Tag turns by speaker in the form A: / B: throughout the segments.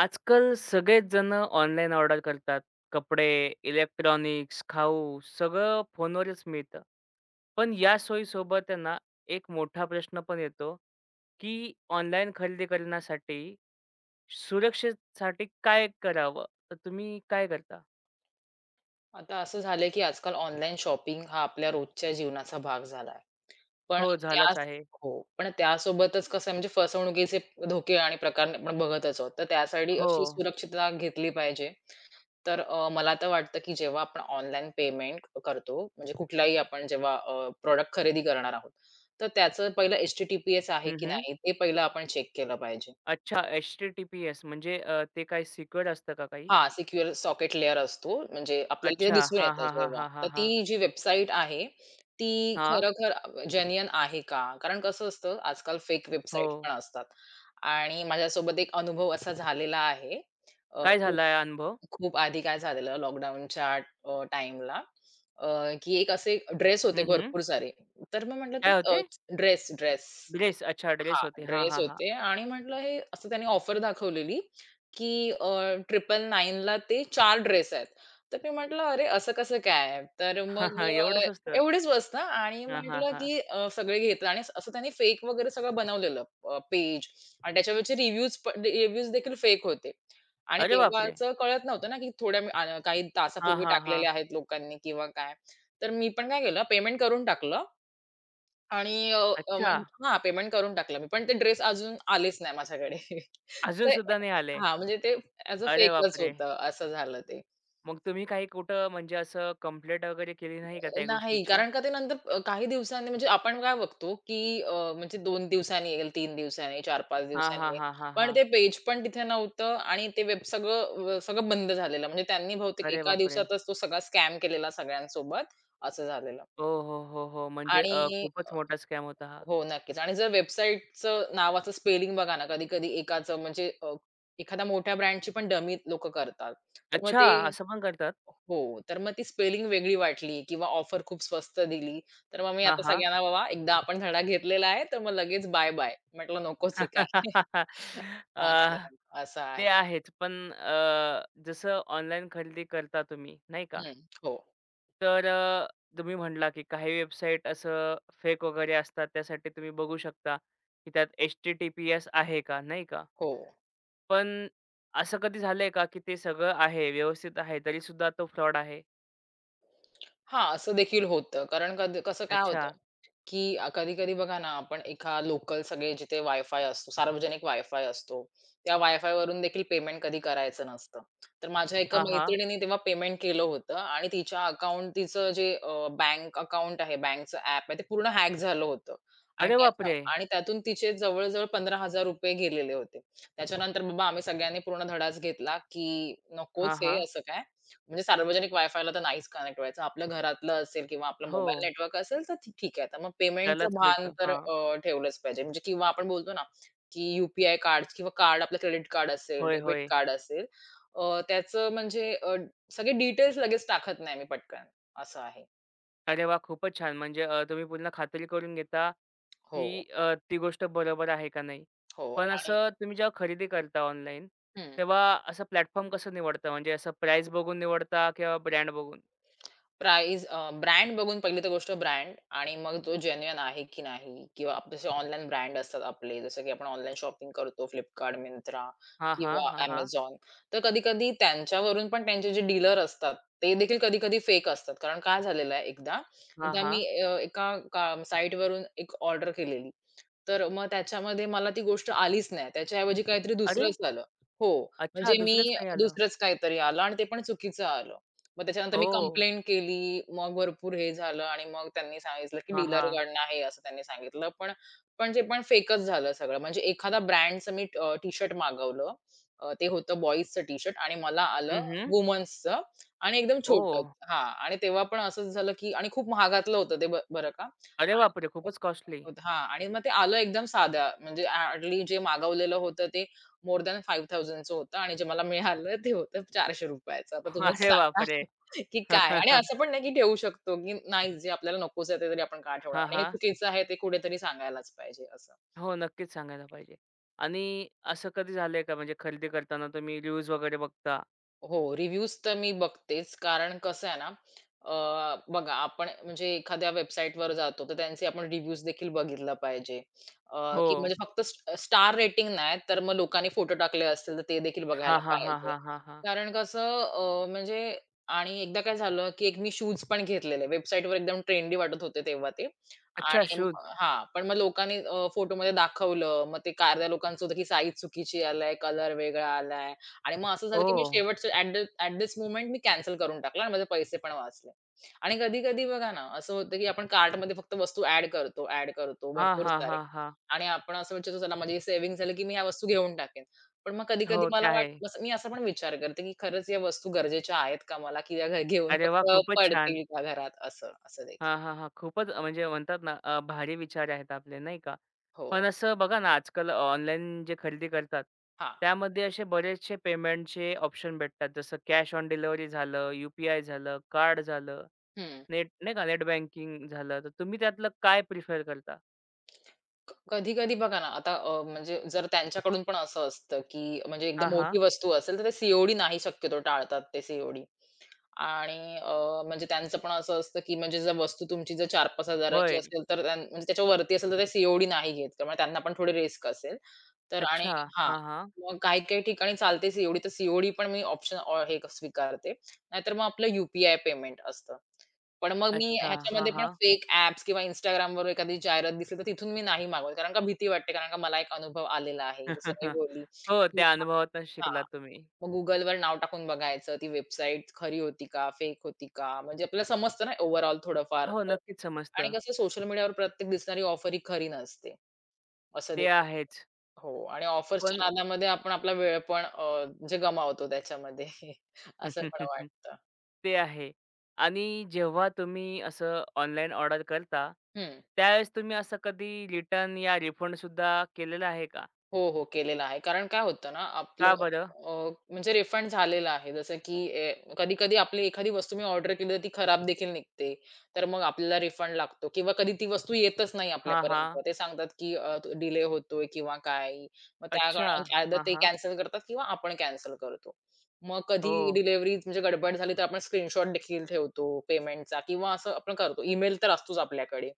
A: आजकाल सगळेच जण ऑनलाईन ऑर्डर करतात. कपडे, इलेक्ट्रॉनिक्स, खाऊ सगळं फोनवरच मिळतं. पण या सोयीसोबत आहे ना, एक मोठा प्रश्न पण येतो, की ऑनलाईन खरेदी करण्यासाठी सुरक्षेसाठी काय करावं? तर तुम्ही काय करता?
B: आता असं झालंय, की आजकाल ऑनलाईन शॉपिंग हा आपल्या रोजच्या जीवनाचा भाग झाला आहे. पण
A: हो, झालाच
B: त्याच
A: आहे.
B: हो. पण त्यासोबतच कसं आहे म्हणजे फसवणुकीचे धोके आणि प्रकार आपण बघतच आहोत. तर त्यासाठी
A: हो.
B: अशी सुरक्षितता घेतली पाहिजे. मला तर वाटतं, की जेव्हा आपण ऑनलाईन पेमेंट करतो, म्हणजे कुठलाही आपण जेव्हा खरेदी करणार आहोत, तर त्याचं पहिलं एच-टी-टी-पी-एस आहे
A: हं,
B: की
A: हं.
B: नाही ते पहिलं आपण चेक केलं पाहिजे.
A: अच्छा, एच-टी-टी-पी-एस म्हणजे ते काही सिक्युअर असतं का काही?
B: हां, सिक्युअर सॉकेट लेयर असतो. म्हणजे आपल्याला तिथे
A: अच्छा.
B: दिसून
A: हां,
B: येतं
A: हां, हां,
B: जेव्हा.
A: हां,
B: तर
A: हां, हां.
B: ती जी वेबसाईट आहे, ती
A: हां.
B: खरोखर जेन्युइन आहे का? कारण कसं असतं आजकाल फेक
A: हो.
B: वेबसाईट पण असतात. आणि माझ्यासोबत एक अनुभव असा झालेला आहे. अ,
A: काय
B: खूप
A: झाला अनुभव?
B: खूप आधी काय झालेलं लॉकडाऊनच्या अ, की एक असे ड्रेस होते
A: हं, हं.
B: भरपूर सारे. तर मग म्हटलं ते
A: काय होते?
B: Dress, dress
A: dress. अच्छा ड्रेस
B: हां,
A: होते. हां,
B: ड्रेस
A: हां, हां.
B: होते आणि म्हटलं हे असं त्याने ऑफर दाखवलेली, की 999ला ते 4 ड्रेस आहेत. तर मी म्हटलं, "अरे, असं कसं काय?" तर
A: हां,
B: मग
A: हां. एवढं
B: अ,
A: स्वस्त.
B: एवढीच वस्त आणि
A: हां, हां,
B: म्हटलं,
A: हां.
B: की सगळे घेतात आणि असं त्यांनी फेक वगैरे सगळं बनवलेलं पेज आणि त्याच्यावरचे रिव्ह्यूज रिव्ह्यूज देखील फेक होते. आणि
A: अरे
B: तेव्हा
A: बापरे!
B: असं कळत नव्हतं ना, की काही
A: हां,
B: तासापूर्वी
A: हां, हां.
B: टाकलेले आहेत लोकांनी किंवा काय. तर मी पण काय केलं, पेमेंट करून टाकलं आणि अ, अ,
A: अच्छा.
B: म्हण हां, पेमेंट करून टाकलं मी. पण ते ड्रेस अजून आलेच नाही माझ्याकडे.
A: अजून
B: ते
A: सुद्धा नाही आले.
B: हां, म्हणजे ते ॲज अ
A: अरे
B: फेकच
A: बापरे!
B: होतं, असं झालं ते.
A: मग तुम्ही काही कुठं म्हणजे असं कंप्लेंट वगैरे केली नाही का त्या
B: नाही,
A: गोष्टीची?
B: कारण का ते नंतर काही दिवसांनी म्हणजे आपण काय बघतो, की म्हणजे 2 दिवसांनी येईल, 3 दिवसांनी येईल, 4-5
A: हां,
B: दिवसांनी
A: हां,
B: येईल.
A: हां, हां,
B: पण
A: हां.
B: ते पेज पण तिथे नव्हतं आणि ते वेब सगळं बंद झालेलं. म्हणजे त्यांनी बहुतेक
A: अरे
B: एका
A: बापरे!
B: दिवसातच तो सगळा स्कॅम केलेला सगळ्यांसोबत, असं झालेलं.
A: हो, हो, हो, हो. म्हणजे
B: आणि
A: खूपच मोठा स्कॅम होता हा.
B: हो, नक्कीच. आणि जर वेबसाईटचं नावाचं स्पेलिंग बघा ना, कधी-कधी एकाचं म्हणजे, एखाद्या मोठ्या ब्रँडची पण डमी लोकं करतात. तर मग
A: अच्छा,
B: ते
A: असं पण करतात?
B: हो, तर मग ती स्पेलिंग वेगळी वाटली किंवा ऑफर खूप स्वस्त दिली. तर मग मी
A: हां,
B: आता
A: हां.
B: सगळ्यांना बाबा एकदा आपण धडा घेतलेला आहे, तर मग लगेच बाय-बाय. म्हटलं नकोच हे काय.
A: अ,
B: असं, असं
A: ते
B: आहे.
A: आहेच. पण जसं ऑनलाईन खरेदी करता तुम्ही नाही का?
B: हं. हो,
A: तर तुम्ही म्हटला, की काही वेबसाईट असं फेक वगैरे असतात. त्यासाठी तुम्ही बघू शकता, की त्यात एच-टी-टी-पी-एस आहे का, नाही का?
B: हो.
A: पण असं कधी झालंय का, की ते सगळं आहे, व्यवस्थित आहे, तरी सुद्धा तो फ्रॉड आहे?
B: हां, असं देखील होतं. कारण कधी कसं काय
A: अच्छा.
B: होतं, की कधी-कधी बघा ना, आपण एका लोकल सगळे जिथे वायफाय असतो, सार्वजनिक वायफाय असतो, त्या वायफायवरून देखील पेमेंट कधी करायचं नसतं. तर माझ्या एका
A: हां, हां.
B: मैत्रिणीने तेव्हा पेमेंट केलं होतं आणि तिच्या अकाउंट तिचं जे बँक अकाउंट आहे, बँकचं ॲप आहे, ते पूर्ण हॅक झालं होतं. आणि
A: अरे
B: त्याच्या
A: बापरे!
B: आणि त्यातून तिचे जवळ-जवळ ₹15,000 गेलेले होते. त्याच्यानंतर बाबा आम्ही सगळ्यांनी पूर्ण धडाच घेतला, की
A: हां,
B: नकोच हे
A: हां.
B: असं काय म्हणजे सार्वजनिक वायफायला तर नाहीच कनेक्ट व्हायचं. आपलं घरातलं असेल किंवा आपला
A: हो.
B: मोबाईल नेटवर्क असेल तर ठीक आहे. तर मग पेमेंटचं
A: त्यालाच
B: भान
A: व्हायचं.
B: तर
A: हां.
B: अ, ठेवलंच पाहिजे. म्हणजे किंवा आपण बोलतो ना, की यू पी किंवा कार्ड आपलं क्रेडिट कार्ड असेल,
A: होय,
B: डेबिट
A: होय.
B: कार्ड असेल, त्याचं म्हणजे, सगळे डिटेल्स लगेच टाकत नाही मी पटकन, असं आहे.
A: अरे वा, खूपच छान. म्हणजे तुम्ही पूर्ण खात्री करून घेता,
B: हो,
A: की ती गोष्ट बरोबर आहे का नाही.
B: हो
A: पण
B: आणि
A: असं तुम्ही जेव्हा खरेदी करता ऑनलाईन,
B: हं.
A: तेव्हा असं प्लॅटफॉर्म कसं निवडता? म्हणजे असं प्राईस बघून निवडता किंवा ब्रँड बघून?
B: ब्रँड बघून पहिली तर गोष्ट ब्रँड आणि मग तो जेन्युइन आहे की नाही किंवा आप जसे ऑनलाईन ब्रँड असतात आपले जसं की आपण ऑनलाईन शॉपिंग करतो Flipkart, Myntra
A: हां, हां.
B: किंवा
A: हां, हां.
B: Amazon. तर कधी-कधी त्यांच्यावरून पण त्यांचे जे डीलर असतात, ते देखील कधी-कधी फेक असतात. कारण काय झालेलं आहे एकदा,
A: हां,
B: एकदा मी
A: हां.
B: अ, एका साईटवरून एक ऑर्डर केलेली तर मग त्याच्यामध्ये मला ती गोष्ट आलीच नाही. त्याच्याऐवजी काहीतरी
A: अरे!
B: दुसरंच आलं. हो,
A: अच्छा,
B: म्हणजे
A: दुसरंच
B: मी
A: काही आलं.
B: दुसरंच काहीतरी आलं आणि ते पण चुकीचं आलं. मग त्याच्यानंतर मी
A: ओह!
B: कंप्लेंट केली. मग भरपूर हे झालं आणि मग त्यांनी सांगितलं, की
A: हां, हां.
B: डीलरकडनं आहे असं त्यांनी सांगितलं. पण पण ते पण फेकच झालं सगळं. म्हणजे एखादा ब्रँडचं मी टी-शर्ट मागवलं. ते होतं बॉयजचं टी-शर्ट आणि मला
A: हं,
B: आलं
A: हं.
B: वुमन्सचं आणि एकदम छोटं.
A: ओह!
B: हां आणि तेव्हा पण असंच झालं, की आणि खूप महागातलं होतं ते बरं का.
A: अरे बापरे! खूपच कॉस्टली.
B: हां आणि मग ते आलं एकदम साध्या म्हणजे हार्डली जे मागवलेलं होतं ते मोर दॅन 5000 चं होतं आणि जे मला मिळालं ते होतं ₹400. आता तुम्हीच
A: अरे
B: सांगा
A: बापरे!
B: की काय? आणि असं पण नाही की ठेवू शकतो की नाही जे आपल्याला नकोच आहे ते तरी आपण का ठेवणार
A: हां,
B: आणि हे
A: हां.
B: चुकीचं आहे ते कुठेतरी सांगायलाच पाहिजे असं.
A: हो, नक्कीच सांगायला पाहिजे. आणि असं कधी झालंय का म्हणजे खरेदी करताना तुम्ही रिव्ह्यूज वगैरे बघता?
B: हो, रिव्ह्यूज तर मी बघतेच. कारण कसं आहे ना, अ, बघा आपण म्हणजे एखाद्या वेबसाईटवर जातो, तर त्यांचे आपण रिव्ह्यूज देखील बघितला पाहिजे. अ, की म्हणजे
A: हो.
B: फक्त स्टार रेटिंग नाही, तर मग लोकांनी फोटो टाकले असतील, तर ते देखील बघायला
A: हां, हां, हां,
B: पाहिजे.
A: हां, हां, हां.
B: कारण कसं अ, म्हणजे आणि एकदा काय झालं, की एक मी शूज पण घेतलेले. वेबसाईटवर एकदम ट्रेंडी वाटत होते तेव्हा ते.
A: अच्छा,
B: आणि
A: शूज.
B: हां, पण मग लोकांनी फोटोमध्ये दाखवलं. मग ते काय अर्ध्या लोकांचं होतं, की साईज चुकीची आलाय, कलर वेगळा आलाय. आणि मग असं झालं, की मी
A: ओह!
B: शेवटचं ॲट धिस मोमेंट मी कॅन्सल करून टाकला आणि माझे पैसे पण वाचले. आणि कधी-कधी बघा ना, असं होतं, की आपण कार्टमध्ये फक्त वस्तू ॲड करतो, ॲड करतो
A: हां,
B: भरपूर
A: हां,
B: सारे
A: हां, हां.
B: आणि आपण असं विचारतो, "चला माझी सेव्हिंग झाली, की मी ह्या वस्तू घेऊन टाकेन." पण मग कधी-कधी
A: हो, ते आहे.
B: मी असा पण विचार करते, की खरंच या वस्तू गरजेच्या आहेत का मला, की या घेऊन
A: अरे वा,
B: फक्त
A: खूपच छान.
B: पडतील का घरात असं, असं देखील.
A: हां, हां, हां. खूपच म्हणजे म्हणतात ना, भारी विचार आहेत आपले, नाही का?
B: हो.
A: पण असं बघा ना, आजकाल ऑनलाईन जे खरेदी करतात,
B: हां.
A: त्यामध्ये असे बरेचसे पेमेंटचे ऑप्शन भेटतात. जसं कॅश ऑन डिलिव्हरी झालं, यू झालं, कार्ड झालं,
B: हं.
A: नेट नाही का, नेट बँकिंग झालं. तर तुम्ही त्यातलं काय प्रिफर करता?
B: कधी-कधी बघा ना, आता म्हणजे जर त्यांच्याकडून पण असं असतं, की म्हणजे एकदा
A: हां, हां.
B: मोठी वस्तू असेल, तर ते सी-ओ-डी नाही शक्यतो टाळतात ते सी ओ. आणि म्हणजे त्यांचं पण असं असतं, की म्हणजे जर वस्तू तुमची जर 4,000-5,000 ची
A: होय.
B: असेल, तर त्यां म्हणजे त्याच्यावरती असेल, तर ते सीओडी नाही घेत. त्यामुळे त्यांना पण थोडी रिस्क असेल. तर आणि
A: अच्छा.
B: हां,
A: हां, हां.
B: मग काही-काही ठिकाणी चालते सीओडी, तर सीओडी पण मी ऑप्शन, हे स्वीकारते. नाहीतर मग आपलं यू-पी-आय पेमेंट असतं. पण मग मी
A: अच्छा. हां,
B: ह्याच्यामध्ये पण
A: हां.
B: फेक ॲप्स किंवा Instagramवर एखादी जाहिरात दिसली, तर तिथून मी नाही मागवत. कारण का भीती वाटते, कारण का मला एक अनुभव आलेला आहे. जसं मी बोलली.
A: हो, त्या अनुभवातून शिकला
B: हां.
A: तुम्ही.
B: मग Googleवर नाव टाकून बघायचं, ती वेबसाईट खरी होती का, फेक होती का? म्हणजे आपल्याला समजतं ना ओव्हरऑल थोडंफार.
A: हो, नक्कीच
B: आणि
A: समजतं.
B: कसं सोशल मीडियावर प्रत्येक दिसणारी ऑफर ही खरी नसते. असं
A: ते
B: देखील
A: आहेच.
B: हो आणि ऑफर्सच्या
A: पण
B: नादामध्ये आपण आपला वेळ पण अ, म्हणजे गमावतो त्याच्यामध्ये असं पण वाटतं.
A: ते आहे. आणि जेव्हा तुम्ही असं ऑनलाईन ऑर्डर करता,
B: हं.
A: त्यावेळेस तुम्ही असं कधी रिटर्न या रिफंड सुद्धा केलेलं आहे का?
B: हो, हो. केलेला आहे. कारण काय होतं ना,
A: का
B: आपलं
A: बरं?
B: अ, म्हणजे रिफंड झालेलं आहे. जसं की, कधी-कधी आपली एखादी वस्तू मी ऑर्डर केली तर ती खराब देखील निघते. तर मग आपल्याला रिफंड लागतो किंवा कधी ती वस्तू येतच नाही
A: हां,
B: आपल्यापर्यंत.
A: हां.
B: ते सांगतात की डिले होतोय किंवा काय. मग त्या
A: अच्छा.
B: कारणाने आयदर
A: हां,
B: ते
A: हां.
B: कॅन्सल करतात किंवा आपण कॅन्सल करतो. मग कधी
A: ओह!
B: डिलिव्हरी म्हणजे गडबड झाली तर आपण स्क्रीनशॉट देखील ठेवतो पेमेंटचा किंवा असं आपण करतो. ईमेल तर असतोच आपल्याकडे.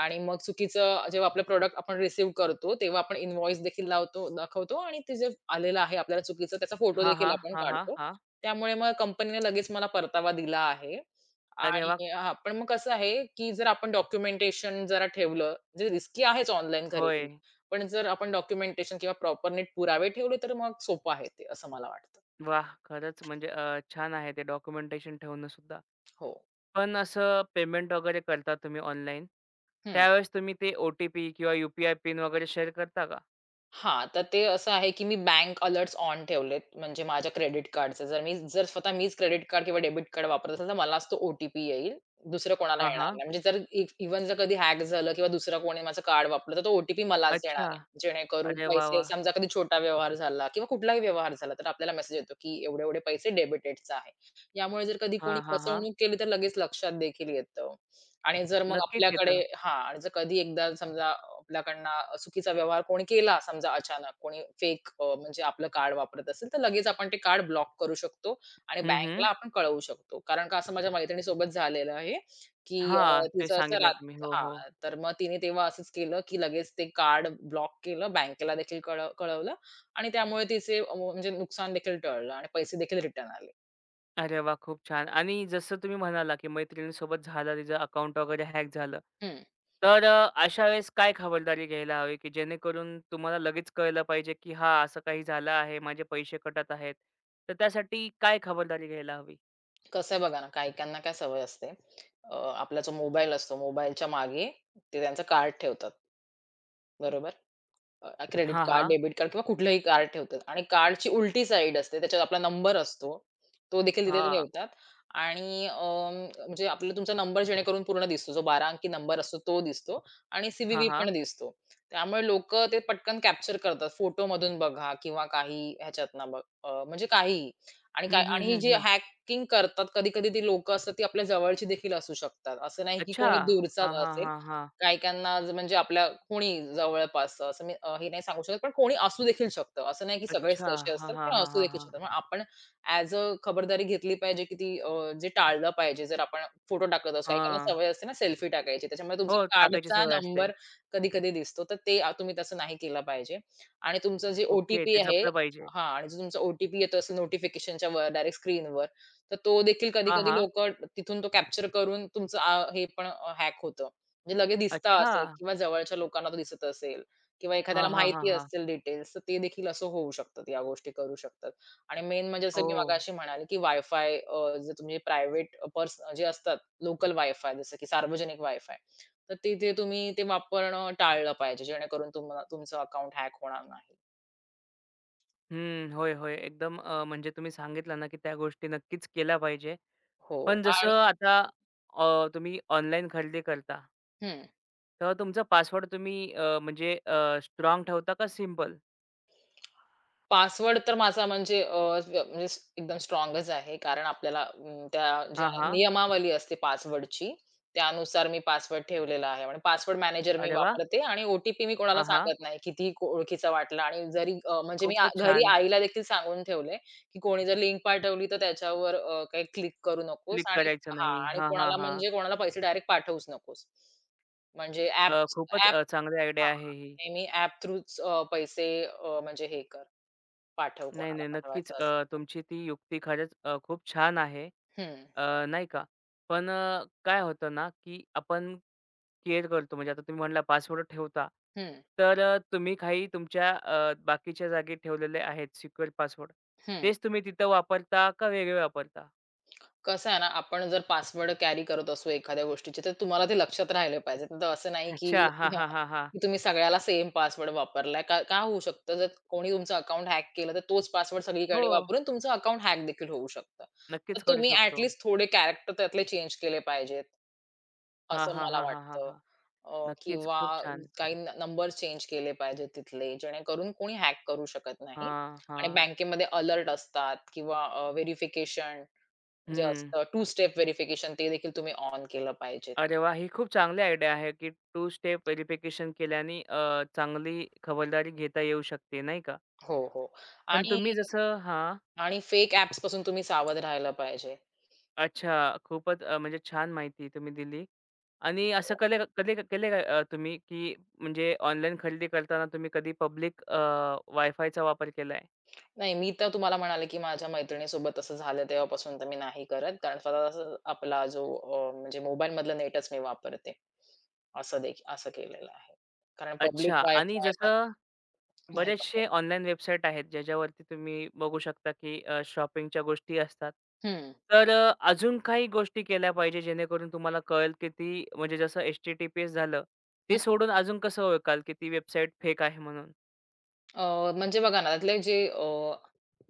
B: आणि मग चुकीचं जेव्हा आपलं प्रॉडक्ट आपण रिसीव्ह करतो, तेव्हा आपण इन्व्हॉइस देखील लावतो दाखवतो आणि ते जे आलेलं आहे आपल्याला चुकीचं त्याचा फोटो
A: हां,
B: देखील
A: हां.
B: आपण
A: हां, हां.
B: काढतो.
A: हां.
B: त्यामुळे मग कंपनीने लगेच मला परतावा दिला आहे.
A: अरे वाह!
B: आणि हां, पण मग कसं आहे, की जर आपण डॉक्युमेंटेशन जरा ठेवलं, जे रिस्की आहेच ऑनलाईन खरेदी.
A: होय.
B: पण जर आपण डॉक्युमेंटेशन किंवा प्रॉपर नीट पुरावे ठेवले, तर मग सोपं आहे ते असं मला वाटतं.
A: वाह! खरंच म्हणजे छान आहे ते डॉक्युमेंटेशन ठेवणं सुद्धा.
B: हो.
A: पण असं पेमेंट वगैरे करता तुम्ही ऑनलाईन,
B: हं.
A: त्यावेळेस तुम्ही ते ओ-टी-पी किंवा यू-पी-आय पिन वगैरे शेअर करता का?
B: हां, तर ते असं आहे, की मी बँक अलर्ट्स ऑन ठेवलेत. म्हणजे माझ्या क्रेडिट कार्डचे जर मी जर स्वतः मीच क्रेडिट कार्ड किंवा डेबिट कार्ड वापरत असेल, तर मलाच तो ओ-टी-पी येईल. दुसरं कोणाला
A: हां,
B: येणार
A: हां.
B: नाही. म्हणजे जर इफ इव्हन जर कधी हॅक झालं किंवा दुसरं कोणी माझं कार्ड वापरलं, तर तो ओ टी मलाच येणार
A: अच्छा.
B: आहे. जेणेकरून
A: अरे वाह,
B: पैसे
A: वाह!
B: समजा कधी छोटा व्यवहार झाला किंवा कुठलाही व्यवहार झाला, तर आपल्याला मेसेज येतो, की एवढे-एवढे पैसे डेबिटेडचा आहे. यामुळे जर कधी
A: हां,
B: कोणी
A: हां, हां.
B: फसवणूक केली, तर लगेच लक्षात देखील येतं. आणि जर मग
A: नक्कीच
B: आपल्याकडे
A: येतं.
B: हां आणि जर कधी एकदा समजा आपल्याकडनं चुकीचा व्यवहार कोणी केला समजा अचानक कोणी फेक, म्हणजे आपलं कार्ड वापरत असेल, तर लगेच आपण ते कार्ड ब्लॉक करू शकतो आणि
A: हं,
B: बँकला
A: हं.
B: आपण कळवू शकतो. कारण का असं माझ्या मैत्रिणीसोबत झालेलं आहे, की
A: हां, ते
B: तिचं असं
A: सांगितलं
B: रात
A: तुम्ही. हो, हो.
B: हां, तर मग तिने तेव्हा असंच केलं, की लगेच ते कार्ड ब्लॉक केलं, बँकेला देखील कळवलं आणि त्यामुळे तिचे म्हणजे नुकसान देखील टळलं आणि पैसे देखील रिटर्न आले.
A: अरे वाह! खूप छान. आणि जसं तुम्ही म्हणाला, की मैत्रिणीसोबत झालं, तिचं अकाउंट वगैरे हॅक झालं.
B: हं.
A: तर अशा वेळेस काय खबरदारी घ्यायला हवी, की जेणेकरून तुम्हाला लगेच कळलं पाहिजे, की हां, असं काही झालं आहे, माझे पैसे कटत आहेत. तर त्यासाठी काय खबरदारी घ्यायला हवी?
B: कसं आहे बघा ना, काही-काहींना काय सवय असते. आपला जो मोबाईल असतो, मोबाईलच्या मागे ते त्यांचं कार्ड ठेवतात, बरोबर? क्रेडिट
A: हां,
B: कार्ड,
A: हां.
B: डेबिट कार्ड किंवा कुठलंही कार्ड ठेवतात आणि कार्डची उलटी साईड असते. त्याच्यात आपला नंबर असतो. तो देखील तिथे ते
A: हां.
B: ठेवतात आणि म्हणजे आपला तुमचा नंबर जेणेकरून पूर्ण दिसतो. जो 12 अंकी नंबर असतो तो दिसतो आणि
A: हां,
B: सी पण
A: हां.
B: दिसतो. त्यामुळे लोकं ते पटकन कॅप्चर करतात. फोटोमधून बघा किंवा काही ह्याच्यातनं, म्हणजे काहीही आणि काय
A: हं, हं,
B: आणि जे
A: हं, हं.
B: हॅकिंग करतात, कधी-कधी ती लोकं असतात, ती आपल्या जवळची देखील असू शकतात. असं नाही की
A: अच्छा.
B: कोणी दूरचाच
A: हां, हां,
B: असेल.
A: हां, हां.
B: काही-काहींना आज म्हणजे आपल्या कोणी जवळपासचं असं मी हे नाही सांगू शकत, पण कोणी असू देखील शकतं. असं नाही की सगळेच
A: अच्छा.
B: तसे
A: हां,
B: असतात,
A: हां,
B: पण
A: हां,
B: असू
A: हां,
B: देखील
A: हां.
B: शकतात. मग आपण ॲज अ खबरदारी घेतली पाहिजे की ती, जे टाळलं पाहिजे. जर आपण फोटो टाकत असू, काही-काहींना
A: हां.
B: सवय असते ना सेल्फी टाकायची. त्याच्यामुळे तुमचा
A: हो, टाकायची
B: कार्डचा
A: सवय असते.
B: नंबर कधी-कधी दिसतो. तर ते तुम्ही तसं नाही केलं पाहिजे. आणि तुमचं जे ओ
A: ओके. ते
B: आहे
A: जपलं पाहिजे.
B: हां आणि जो तुमचा ओ येतो असेल नोटिफिकेशनच्या वर डायरेक्ट स्क्रीनवर, तर तो देखील
A: हां,
B: कधी-कधी
A: हां.
B: लोकं तिथून तो कॅप्चर करून तुमचं हे पण हॅक होतं. म्हणजे लगेच दिसता
A: अच्छा.
B: असेल किंवा जवळच्या लोकांना तो दिसत असेल किंवा
A: हां,
B: एखाद्याला
A: हां, हां,
B: माहिती
A: हां.
B: असेल डिटेल्स, तर ते देखील असं होऊ शकतात, या गोष्टी करू शकतात. आणि मेन म्हणजे जसं मी
A: ओह!
B: मगाशी म्हणाले, की वायफाय, जर तुम्ही प्रायव्हेट पर्स जे असतात लोकल वायफाय जसं की सार्वजनिक वायफाय, तर तिथे तुम्ही ते वापरणं टाळलं पाहिजे, जेणेकरून तुम्हाला तुमचं अकाउंट हॅक होणार नाही.
A: हं. होय, होय. एकदम म्हणजे तुम्ही सांगितलं ना, की त्या गोष्टी नक्कीच केल्या पाहिजे.
B: हो
A: पण
B: आणि
A: जसं आता तुम्ही ऑनलाईन खरेदी करता
B: हं.
A: तेव्हा तुमचा पासवर्ड तुम्ही ठेवता का सिंपल?
B: पासवर्ड तर माझा म्हणजे अ, व्य म्हणजे स- एकदम स्ट्राँगच आहे. कारण आपल्याला त्या ज्या
A: हां, हां.
B: नियमावली असते पासवर्डची, त्यानुसार मी पासवर्ड ठेवलेला आहे. आणि पासवर्ड मॅनेजर मी
A: अरे वाह!
B: वापरते आणि ओ मी कोणाला
A: हां, हां.
B: सांगत नाही. कितीही ओळखीचा वाटला आणि जरी, म्हणजे मी आ
A: खूपच
B: घरी
A: छान.
B: आईला देखील सांगून ठेवलंय, की कोणी जर लिंक पाठवली तर त्याच्यावर काही क्लिक करू नकोस
A: क्लिक
B: आणि
A: करायचं
B: हां,
A: नाही.
B: आणि
A: हां, हां,
B: कोणाला
A: हां.
B: म्हणजे कोणाला पैसे डायरेक्ट पाठवूच नकोस. म्हणजे ॲप
A: खूपच
B: ॲप
A: चांगली आयडिया आहे ही.
B: नेहमी ॲप थ्रूच पैसे अ, म्हणजे हे पाठव
A: नाही, नाही.
B: कोणाला
A: नक्कीच,
B: पाठवायचा असेल तर.
A: तुमची ती युक्ती खरंच खूप छान आहे.
B: हं,
A: नाही का? पण काय होतं ना, की आपण केअर करतो म्हणजे आता तुम्ही म्हणला पासवर्ड ठेवता.
B: हं,
A: तर तुम्ही काही तुमच्या बाकीच्या जागी ठेवलेले आहेत सिक्युअर पासवर्ड.
B: हं.
A: तेच तुम्ही तिथं वापरता का वेगळे वापरता?
B: कसं आहे ना, आपण जर पासवर्ड कॅरी करत असू एखाद्या गोष्टीचे, तर तुम्हाला ते लक्षात राहिले पाहिजे. तर असं नाही की
A: अच्छा. हां,
B: हां,
A: हां, हां, हां.
B: की तुम्ही सगळ्याला सेम पासवर्ड वापरलाय. का का होऊ शकतं, जर कोणी तुमचं अकाउंट हॅक केलं, तर तोच पासवर्ड
A: हो,
B: सगळीकडे वापरून तुमचं अकाउंट हॅक देखील होऊ शकतं. तर
A: नक्कीच करू
B: तुम्ही ॲट
A: शकतो.
B: थोडे कॅरेक्टर त्यातले चेंज केले पाहिजेत.
A: हां,
B: असं
A: हां,
B: मला
A: हां, हां, हां,
B: वाटतं.
A: हां. नक्कीच.
B: किंवा
A: खूप छान.
B: काही नंबर चेंज केले पाहिजेत तिथले, जेणेकरून कोणी हॅक करू शकत नाही.
A: हां,
B: आणि
A: हां.
B: बँकेमध्ये अलर्ट असतात किंवा व्हेरिफिकेशन जे
A: हं.
B: असतं, टू स्टेप व्हेरिफिकेशन ते देखील तुम्ही ऑन केलं पाहिजे.
A: अरे वाह! ही खूप चांगली आयडिया आहे, की टू स्टेप व्हेरिफिकेशन केल्याने चांगली खबरदारी घेता येऊ शकते, नाही का?
B: हो, हो.
A: पण
B: आणि
A: तुम्ही जसं हां.
B: आणि फेक ॲप्सपासून तुम्ही सावध राहिलं पाहिजे.
A: अच्छा. खूपच म्हणजे छान माहिती तुम्ही दिली. आणि असं कले कधी केले का, तुम्ही, की म्हणजे ऑनलाईन खरेदी करताना तुम्ही कधी पब्लिक वायफायचा वापर केलाय?
B: नाही, मी तर तुम्हाला म्हणाले, की माझ्या मैत्रिणीसोबत असं झालं तेव्हापासून तर मी नाही करत. कारण स्वतःचा आपला जो म्हणजे मोबाईलमधलं नेटच मी वापरते. असं देखी असं केलेलं आहे. कारण
A: अच्छा.
B: पब्लिक
A: आणि
B: वायफाय आता
A: जसं
B: नाही
A: बरेचसे
B: वापरत.
A: ऑनलाईन वेबसाईट आहेत ज्याच्यावरती तुम्ही बघू शकता, की शॉपिंगच्या गोष्टी असतात.
B: हं,
A: तर अजून काही गोष्टी केल्या पाहिजे जेणेकरून तुम्हाला कळेल, की ती म्हणजे जसं एच-टी-टी-पी-एस झालं. ते
B: हं.
A: सोडून अजून कसं ओळखाल, की ती वेबसाईट फेक आहे म्हणून?
B: म्हणजे बघा ना, त्यातले जे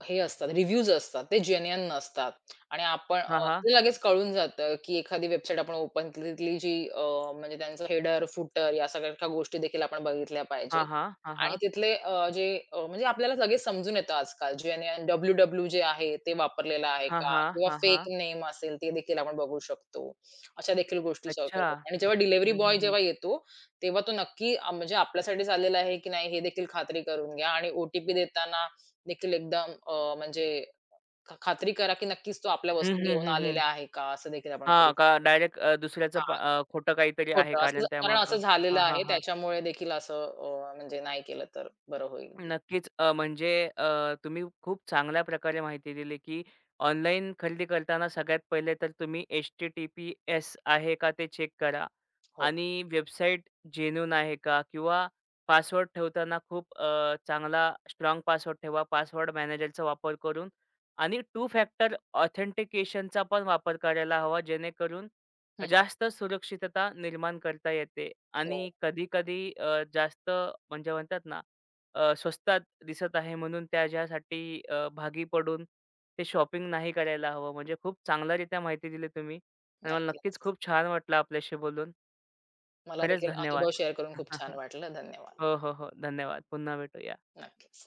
B: हे असतात रिव्ह्यूज असतात ते जेन्युइन नसतात आणि
A: हां, हां.
B: आपल्याला लगेच कळून जातं, की एखादी वेबसाईट आपण ओपन केली तिथली जी म्हणजे त्यांचं हेडर, फुटर या सगळ्या गोष्टी देखील आपण बघितल्या
A: हां,
B: पाहिजेत.
A: हां. हां, हां.
B: आणि तिथले जे म्हणजे आपल्याला लगेच समजून येतं आजकाल जेन्युइन डब्ल्यू-डब्ल्यू जे आहे ते वापरलेलं आहे
A: हां,
B: का?
A: हां.
B: किंवा
A: हां, हां.
B: फेक नेम असेल ते देखील आपण बघू शकतो. अशा देखील गोष्टी सर्च
A: अच्छा.
B: करू आणि जेव्हा डिलिव्हरी
A: हं,
B: बॉय
A: हं, हं.
B: जेव्हा येतो तेव्हा तो नक्की म्हणजे आपल्यासाठीच आलेला आहे, की नाही हे देखील खात्री करून घ्या आणि ओ देताना देखील एकदम अ, म्हणजे ख खात्री करा, की नक्कीच तो आपल्या
A: हं,
B: वस्तू
A: हं,
B: घेऊन
A: हं, हं.
B: आलेला आहे का? असं देखील आपण करू
A: हां, का
B: शकतो.
A: डायरेक्ट दुसऱ्याचं प
B: हां,
A: खोटं काहीतरी आहे
B: खोटं असं ज-
A: कारण
B: कारण असं
A: त्यामागं.
B: झालेलं
A: हां, हां,
B: आहे
A: हां.
B: त्याच्यामुळे देखील असं, म्हणजे नाही केलं तर बरं होईल.
A: नक्कीच. तुम्ही खूप चांगल्या प्रकारे माहिती दिली, की ऑनलाईन खरेदी करताना सगळ्यात पहिले तर तुम्ही एच-टी-टी-पी-एस आहे का ते चेक करा
B: हो.
A: आणि वेबसाईट जेन्युइन आहे का? किंवा पासवर्ड ठेवताना खूप चांगला स्ट्राँग पासवर्ड ठेवा. पासवर्ड मॅनेजरचा वापर करून आणि टू फॅक्टर ऑथेंटिकेशनचा पण वापर करायला हवा, जेणेकरून
B: हं.
A: जास्त सुरक्षितता निर्माण करता येते.
B: हो,
A: आणि कधी-कधी जास्त म्हणजे म्हणतात ना, स्वस्तात दिसत आहे म्हणून त्याच्यासाठी भागी पडून ते शॉपिंग नाही करायला हवं. म्हणजे खूप चांगल्यारीत्या माहिती दिली तुम्ही आणि मला
B: नक्कीच.
A: नक्कीच खूप छान वाटलं आपल्याशी बोलून.
B: मला
A: खरंच
B: देखील अनुभव
A: धन्यवाद.
B: शेअर करून खूप छान वाटलं. धन्यवाद.
A: हो, हो, हो. धन्यवाद. पुन्हा भेटूया.
B: नक्कीच.